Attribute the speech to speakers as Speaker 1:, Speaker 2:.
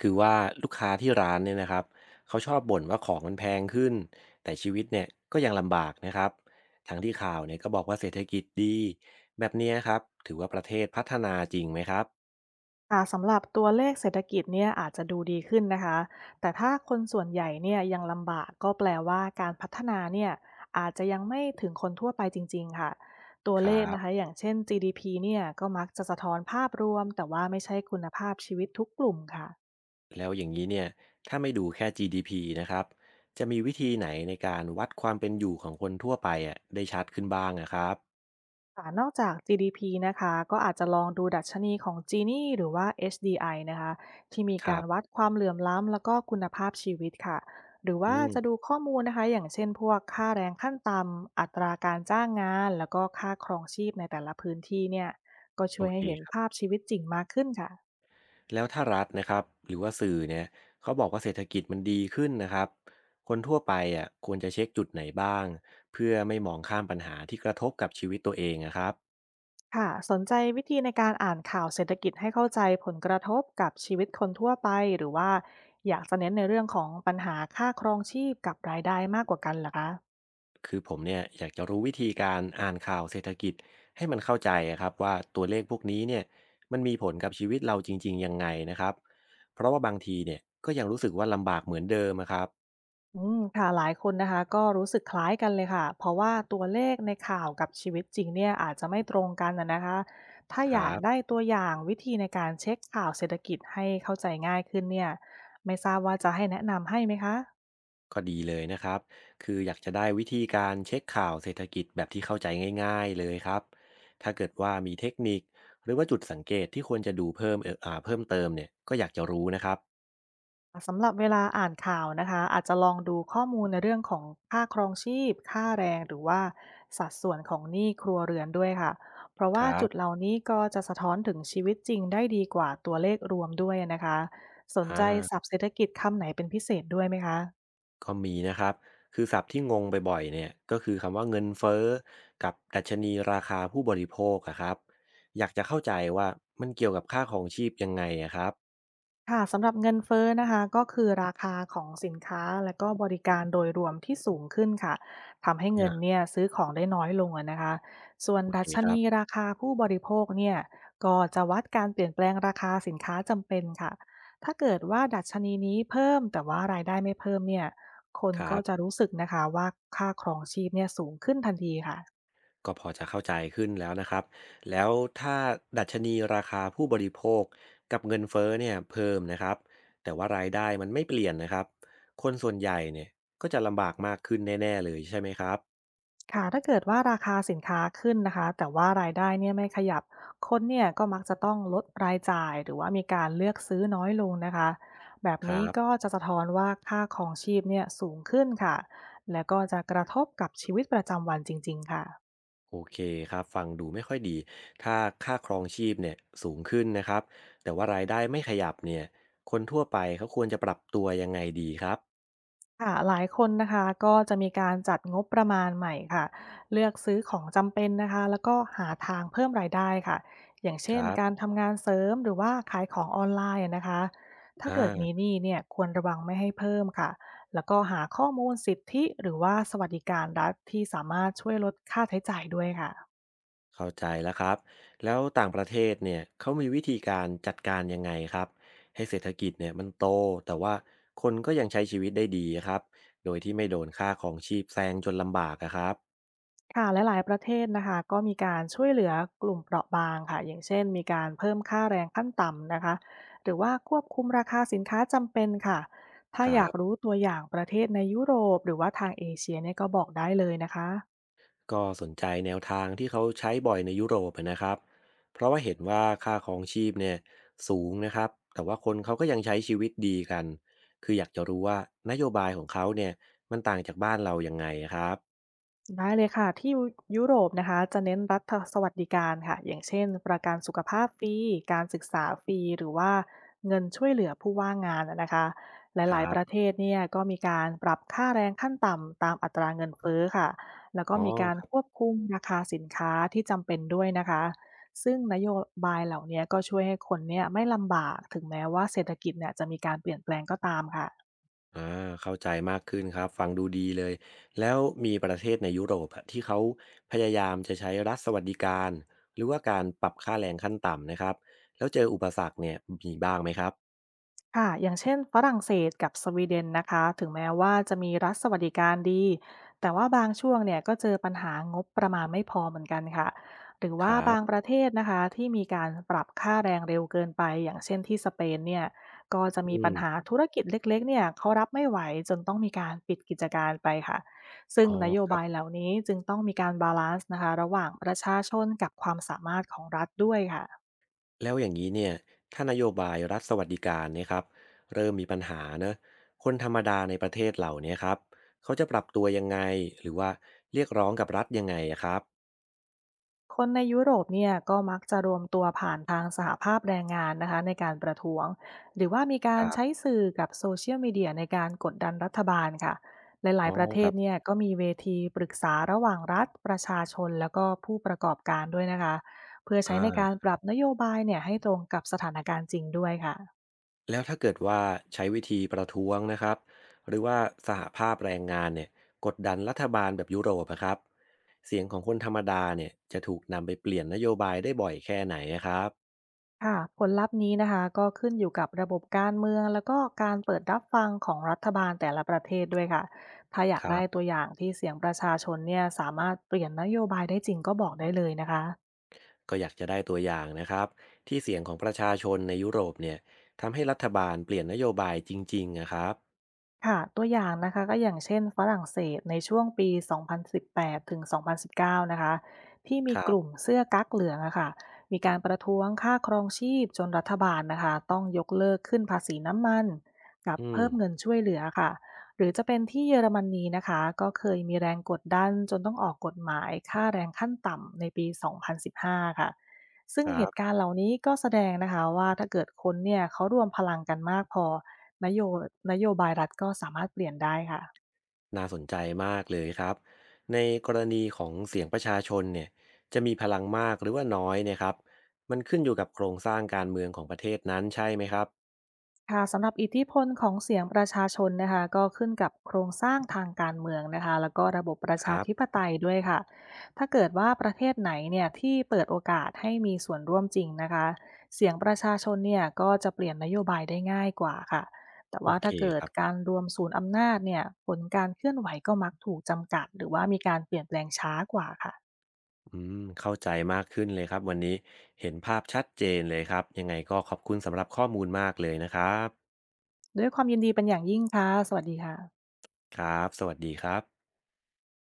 Speaker 1: คือว่าลูกค้าที่ร้านเนี่ยนะครับเขาชอบบ่นว่าของมันแพงขึ้นแต่ชีวิตเนี่ยก็ยังลำบากนะครับทั้งที่ข่าวเนี่ยก็บอกว่าเศรษฐกิจดีแบบเนี้ยครับถือว่าประเทศพัฒนาจริงไหมครับ
Speaker 2: ค่ะสำหรับตัวเลขเศรษฐกิจเนี่ยอาจจะดูดีขึ้นนะคะแต่ถ้าคนส่วนใหญ่เนี่ยยังลำบากก็แปลว่าการพัฒนาเนี่ยอาจจะยังไม่ถึงคนทั่วไปจริงๆค่ะตัว
Speaker 1: ค
Speaker 2: เล
Speaker 1: รั
Speaker 2: ขนะคะ
Speaker 1: บ
Speaker 2: อย่างเช่น GDP เนี่ยก็มักจะสะท้อนภาพรวมแต่ว่าไม่ใช่คุณภาพชีวิตทุกกลุ่มค่ะ
Speaker 1: แล้วอย่างนี้เนี่ยถ้าไม่ดูแค่ GDP นะครับจะมีวิธีไหนในการวัดความเป็นอยู่ของคนทั่วไปอ่ะได้ชัดขึ้นบ้างนะครับ
Speaker 2: ค่ะนอกจาก GDP นะคะก็อาจจะลองดูดัชนีของ Gini หรือว่า HDI นะคะที่มี
Speaker 1: ค
Speaker 2: กา
Speaker 1: รั
Speaker 2: ร
Speaker 1: บ
Speaker 2: วัดความเหลื่อมล้ำแล้วก็คุณภาพชีวิตค่ะหรือ
Speaker 1: อื
Speaker 2: ว่า
Speaker 1: ม
Speaker 2: จะดูข้อมูลนะคะอย่างเช่นพวกค่าแรงขั้นต่ำอัตราการจ้างงานแล้วก็ค่าครองชีพในแต่ละพื้นที่เนี่ยก็
Speaker 1: โอ
Speaker 2: ช่วยให้เห็น
Speaker 1: เค
Speaker 2: ภาพชีวิตจริงมากขึ้นค่ะ
Speaker 1: แล้วถ้ารัฐนะครับหรือว่าสื่อเนี่ยเขาบอกว่าเศรษฐกิจมันดีขึ้นนะครับคนทั่วไปอ่ะควรจะเช็คจุดไหนบ้างเพื่อไม่มองข้ามปัญหาที่กระทบกับชีวิตตัวเองนะครับ
Speaker 2: ค่ะสนใจวิธีในการอ่านข่าวเศรษฐกิจให้เข้าใจผลกระทบกับชีวิตคนทั่วไปหรือว่าอยากจะเน้นในเรื่องของปัญหาค่าครองชีพกับรายได้มากกว่ากันเหรอคะ
Speaker 1: คือผมเนี่ยอยากจะรู้วิธีการอ่านข่าวเศรษฐกิจให้มันเข้าใจอะครับว่าตัวเลขพวกนี้เนี่ยมันมีผลกับชีวิตเราจริงๆยังไงนะครับเพราะว่าบางทีเนี่ยก็ยังรู้สึกว่าลำบากเหมือนเดิมอะครับ
Speaker 2: อืมค่ะหลายคนนะคะก็รู้สึกคล้ายกันเลยค่ะเพราะว่าตัวเลขในข่าวกับชีวิตจริงเนี่ยอาจจะไม่ตรงกันนะคะถ้า
Speaker 1: ค
Speaker 2: อ
Speaker 1: รั
Speaker 2: ยาก
Speaker 1: บ
Speaker 2: ได้ตัวอย่างวิธีในการเช็คข่าวเศรษฐกิจให้เข้าใจง่ายขึ้นเนี่ยไม่ทราบว่าจะให้แนะนำให้ไหมคะ
Speaker 1: ก็ดีเลยนะครับคืออยากจะได้วิธีการเช็คข่าวเศรษฐกิจแบบที่เข้าใจง่ายๆเลยครับถ้าเกิดว่ามีเทคนิคหรือว่าจุดสังเกตที่ควรจะดูเพิ่มเพิ่มเติมเนี่ยก็อยากจะรู้นะครับ
Speaker 2: สำหรับเวลาอ่านข่าวนะคะอาจจะลองดูข้อมูลในเรื่องของค่าครองชีพค่าแรงหรือว่าสัดส่วนของหนี้ครัวเรือนด้วยค่ะเพราะ
Speaker 1: ค
Speaker 2: ว่า
Speaker 1: รั
Speaker 2: จุดเห
Speaker 1: บ
Speaker 2: ล่านี้ก็จะสะท้อนถึงชีวิตจริงได้ดีกว่าตัวเลขรวมด้วยนะคะสน
Speaker 1: อ่
Speaker 2: ใจศัพ
Speaker 1: า
Speaker 2: ท์เศรษฐกิจคำไหนเป็นพิเศษด้วยไหมคะ
Speaker 1: ก็มีนะครับคือศัพท์ที่งงบ่อยๆเนี่ยก็คือคำว่าเงินเฟ้อกับดัชนีราคาผู้บริโภคอะครับ อยากจะเข้าใจว่ามันเกี่ยวกับค่าของชีพยังไงอะครับ
Speaker 2: ค่ะสำหรับเงินเฟ้อนะคะก็คือราคาของสินค้าและก็บริการโดยรวมที่สูงขึ้นค่ะทำให้เงิน
Speaker 1: อ่า
Speaker 2: เนี่ยซื้อของได้น้อยลงอะนะคะส่วน
Speaker 1: โอเค
Speaker 2: ดัช
Speaker 1: ครั
Speaker 2: นี
Speaker 1: บ
Speaker 2: ราคาผู้บริโภคเนี่ยก็จะวัดการเปลี่ยนแปลงราคาสินค้าจำเป็นค่ะถ้าเกิดว่าดัชนีนี้เพิ่มแต่ว่ารายได้ไม่เพิ่มเนี่ยคน
Speaker 1: ครั
Speaker 2: ก็จะ
Speaker 1: บ
Speaker 2: รู้สึกนะคะว่าค่าครองชีพเนี่ยสูงขึ้นทันทีค่ะ
Speaker 1: ก็พอจะเข้าใจขึ้นแล้วนะครับแล้วถ้าดัชนีราคาผู้บริโภคกับเงินเฟ้อเนี่ยเพิ่มนะครับแต่ว่ารายได้มันไม่เปลี่ยนนะครับคนส่วนใหญ่เนี่ยก็จะลำบากมากขึ้นแน่ๆเลยใช่ไหมครับ
Speaker 2: ค่ะถ้าเกิดว่าราคาสินค้าขึ้นนะคะแต่ว่ารายได้เนี่ยไม่ขยับคนเนี่ยก็มักจะต้องลดรายจ่ายหรือว่ามีการเลือกซื้อน้อยลงนะคะแบบ
Speaker 1: ครั
Speaker 2: นี้
Speaker 1: บ
Speaker 2: ก็จะสะท้อนว่าค่าครองชีพเนี่ยสูงขึ้นค่ะและก็จะกระทบกับชีวิตประจำวันจริงๆค่ะ
Speaker 1: โอเคครับฟังดูไม่ค่อยดีถ้าค่าครองชีพเนี่ยสูงขึ้นนะครับแต่ว่ารายได้ไม่ขยับเนี่ยคนทั่วไปเขาควรจะปรับตัวยังไงดีครับ
Speaker 2: ค่ะหลายคนนะคะก็จะมีการจัดงบประมาณใหม่ค่ะเลือกซื้อของจำเป็นนะคะแล้วก็หาทางเพิ่มรายได้ค่ะอย่าง
Speaker 1: ค
Speaker 2: เช่น
Speaker 1: รับ
Speaker 2: การทำงานเสริมหรือว่าขายของออนไลน์อะนะคะถ้า
Speaker 1: อ่
Speaker 2: เกิดมีห
Speaker 1: า
Speaker 2: นี้เนี่ยควรระวังไม่ให้เพิ่มค่ะแล้วก็หาข้อมูลสิทธิหรือว่าสวัสดิการรัฐที่สามารถช่วยลดค่าใช้จ่ายด้วยค่ะ
Speaker 1: เข้าใจแล้วครับแล้วต่างประเทศเนี่ยเขามีวิธีการจัดการยังไงครับให้เศรษฐกิจเนี่ยมันโตแต่ว่าคนก็ยังใช้ชีวิตได้ดีครับโดยที่ไม่โดนค่าของชีพแซงจนลำบากอะครับ
Speaker 2: ค่ะและหลายประเทศนะคะก็มีการช่วยเหลือกลุ่มเปราะบางค่ะอย่างเช่นมีการเพิ่มค่าแรงขั้นต่ำนะคะหรือว่าควบคุมราคาสินค้าจำเป็นค่ะถ้า
Speaker 1: ครั
Speaker 2: อยากรู้
Speaker 1: บ
Speaker 2: ตัวอย่างประเทศในยุโรปหรือว่าทางเอเชียเนี่ยก็บอกได้เลยนะคะ
Speaker 1: ก็สนใจแนวทางที่เขาใช้บ่อยในยุโรปอะนะครับเพราะว่าเห็นว่าค่าของชีพเนี่ยสูงนะครับแต่ว่าคนเขาก็ยังใช้ชีวิตดีกันคืออยากจะรู้ว่านโยบายของเขาเนี่ยมันต่างจากบ้านเรายังไงอะครับ
Speaker 2: ได้เลยค่ะที่ยุโรปนะคะจะเน้นรัฐสวัสดิการค่ะอย่างเช่นประกันสุขภาพฟรีการศึกษาฟรีหรือว่าเงินช่วยเหลือผู้ว่างงานนะคะห
Speaker 1: ค
Speaker 2: ลา
Speaker 1: รั
Speaker 2: ยๆประ
Speaker 1: บ
Speaker 2: เทศเนี่ยก็มีการปรับค่าแรงขั้นต่ำตามอัตราเงินเฟ้อค่ะแล้วก็
Speaker 1: อ๋
Speaker 2: มีการ
Speaker 1: อ
Speaker 2: ควบคุมราคาสินค้าที่จำเป็นด้วยนะคะซึ่งนโยบายเหล่านี้ก็ช่วยให้คนเนี่ยไม่ลำบากถึงแม้ว่าเศรษฐกิจเนี่ยจะมีการเปลี่ยนแปลงก็ตามค่ะ
Speaker 1: อาเข้าใจมากขึ้นครับฟังดูดีเลยแล้วมีประเทศในยุโรปอะที่เขาพยายามจะใช้รัฐสวัสดิการหรือว่าการปรับค่าแรงขั้นต่ำนะครับแล้วเจออุปสรรคเนี่ยมีบ้างไหมครับ
Speaker 2: ค่ะอย่างเช่นฝรั่งเศสกับสวีเดนนะคะถึงแม้ว่าจะมีรัฐสวัสดิการดีแต่ว่าบางช่วงเนี่ยก็เจอปัญหางบประมาณไม่พอเหมือนกันค่ะหรือ
Speaker 1: ค
Speaker 2: ว่า
Speaker 1: รั
Speaker 2: บางป
Speaker 1: บ
Speaker 2: ระเทศนะคะที่มีการปรับค่าแรงเร็วเกินไปอย่างเช่นที่สเปนเนี่ยก็จะมี
Speaker 1: อื
Speaker 2: ปัญหา
Speaker 1: ม
Speaker 2: ธุรกิจเล็กๆเนี่ยเขารับไม่ไหวจนต้องมีการปิดกิจการไปค่ะซึ่
Speaker 1: อ๋
Speaker 2: ง
Speaker 1: อ
Speaker 2: นโย
Speaker 1: ครั
Speaker 2: บาย
Speaker 1: บ
Speaker 2: เหล่านี้จึงต้องมีการบาลานซ์นะคะระหว่างประชาชนกับความสามารถของรัฐด้วยค่ะ
Speaker 1: แล้วอย่างนี้เนี่ยถ้านโยบายรัฐสวัสดิการเนี่ยครับเริ่มมีปัญหาเนอะคนธรรมดาในประเทศเหล่าเนี้ยครับเขาจะปรับตัวยังไงหรือว่าเรียกร้องกับรัฐยังไงอะครับ
Speaker 2: คนในยุโรปเนี่ยก็มักจะรวมตัวผ่านทางสหภาพแรงงานนะคะในการประท้วงหรือว่ามีกา
Speaker 1: ค
Speaker 2: ร
Speaker 1: รั
Speaker 2: ใช้
Speaker 1: บ
Speaker 2: สื่อกับโซเชียลมีเดียในการกดดันรัฐบาลค่ะห
Speaker 1: อ๋
Speaker 2: ลา
Speaker 1: อ
Speaker 2: ยๆประเท
Speaker 1: ครั
Speaker 2: ศเนี่
Speaker 1: บ
Speaker 2: ยก็มีเวทีปรึกษาระหว่างรัฐประชาชนแล้วก็ผู้ประกอบการด้วยนะคะเพื่อใช้ในการ
Speaker 1: อา
Speaker 2: ปรับนโยบายเนี่ยให้ตรงกับสถานการณ์จริงด้วยค่ะ
Speaker 1: แล้วถ้าเกิดว่าใช้วิธีประท้วงนะครับหรือว่าสหภาพแรงงานเนี่ยกดดันรัฐบาลแบบยุโรปอะครับเสียงของคนธรรมดาเนี่ยจะถูกนำไปเปลี่ยนนโยบายได้บ่อยแค่ไหนนะครับ
Speaker 2: ค่ะผลลัพธ์นี้นะคะก็ขึ้นอยู่กับระบบการเมืองแล้วก็การเปิดรับฟังของรัฐบาลแต่ละประเทศด้วยค่ะถ้าอยา
Speaker 1: ค
Speaker 2: ก
Speaker 1: รั
Speaker 2: ได้ตัว
Speaker 1: บ
Speaker 2: อย่างที่เสียงประชาชนเนี่ยสามารถเปลี่ยนนโยบายได้จริงก็บอกได้เลยนะคะ
Speaker 1: ก็อยากจะได้ตัวอย่างนะครับที่เสียงของประชาชนในยุโรปเนี่ยทำให้รัฐบาลเปลี่ยนนโยบายจริงๆนะครับ
Speaker 2: ค่ะตัวอย่างนะคะก็อย่างเช่นฝรั่งเศสในช่วงปี2018ถึง2019นสิบเก้านะคะที่มี
Speaker 1: ครั
Speaker 2: กลุ่ม
Speaker 1: บ
Speaker 2: เสื้อกั๊กเหลืองอะค่ะมีการประท้วงค่าครองชีพจนรัฐบาลนะคะต้องยกเลิกขึ้นภาษีน้ำมันกับ
Speaker 1: อืม
Speaker 2: เพิ่มเงินช่วยเหลือค่ะหรือจะเป็นที่เยอรมนีนะคะก็เคยมีแรงกดดันจนต้องออกกฎหมายค่าแรงขั้นต่ำในปี2015ค่ะซึ่
Speaker 1: ค
Speaker 2: งเห
Speaker 1: รั
Speaker 2: ตุ
Speaker 1: บ
Speaker 2: การณ์เหล่านี้ก็แสดงนะคะว่าถ้าเกิดคนเนี่ยเขารวมพลังกันมากพอ นโยนโยบายรัฐก็สามารถเปลี่ยนได้ค่ะ
Speaker 1: น่าสนใจมากเลยครับในกรณีของเสียงประชาชนเนี่ยจะมีพลังมากหรือว่าน้อยเนะครับมันขึ้นอยู่กับโครงสร้างการเมืองของประเทศนั้นใช่ไหมครับ
Speaker 2: ค่ะสำหรับอิทธิพลของเสียงประชาชนนะคะก็ขึ้นกับโครงสร้างทางการเมืองนะคะแล้วก็ระบบประ
Speaker 1: ค
Speaker 2: ชา
Speaker 1: รับ
Speaker 2: ธิปไตยด้วยค่ะถ้าเกิดว่าประเทศไหนเนี่ยที่เปิดโอกาสให้มีส่วนร่วมจริงนะคะเสียงประชาชนเนี่ยก็จะเปลี่ยนนโยบายได้ง่ายกว่าค่ะแต่
Speaker 1: โอ
Speaker 2: ว่า
Speaker 1: เค
Speaker 2: ถ้าเกิ
Speaker 1: ค
Speaker 2: ด
Speaker 1: รับ
Speaker 2: การรวมศูนย์อำนาจเนี่ยผลการเคลื่อนไหวก็มักถูกจำกัดหรือว่ามีการเปลี่ยนแปลงช้ากว่าค่ะ
Speaker 1: อืมเข้าใจมากขึ้นเลยครับวันนี้เห็นภาพชัดเจนเลยครับยังไงก็ขอบคุณสำหรับข้อมูลมากเลยนะครับ
Speaker 2: ด้วยความยินดีเป็นอย่างยิ่งค่ะสวัสดีค่ะ
Speaker 1: ครับสวัสดีครับ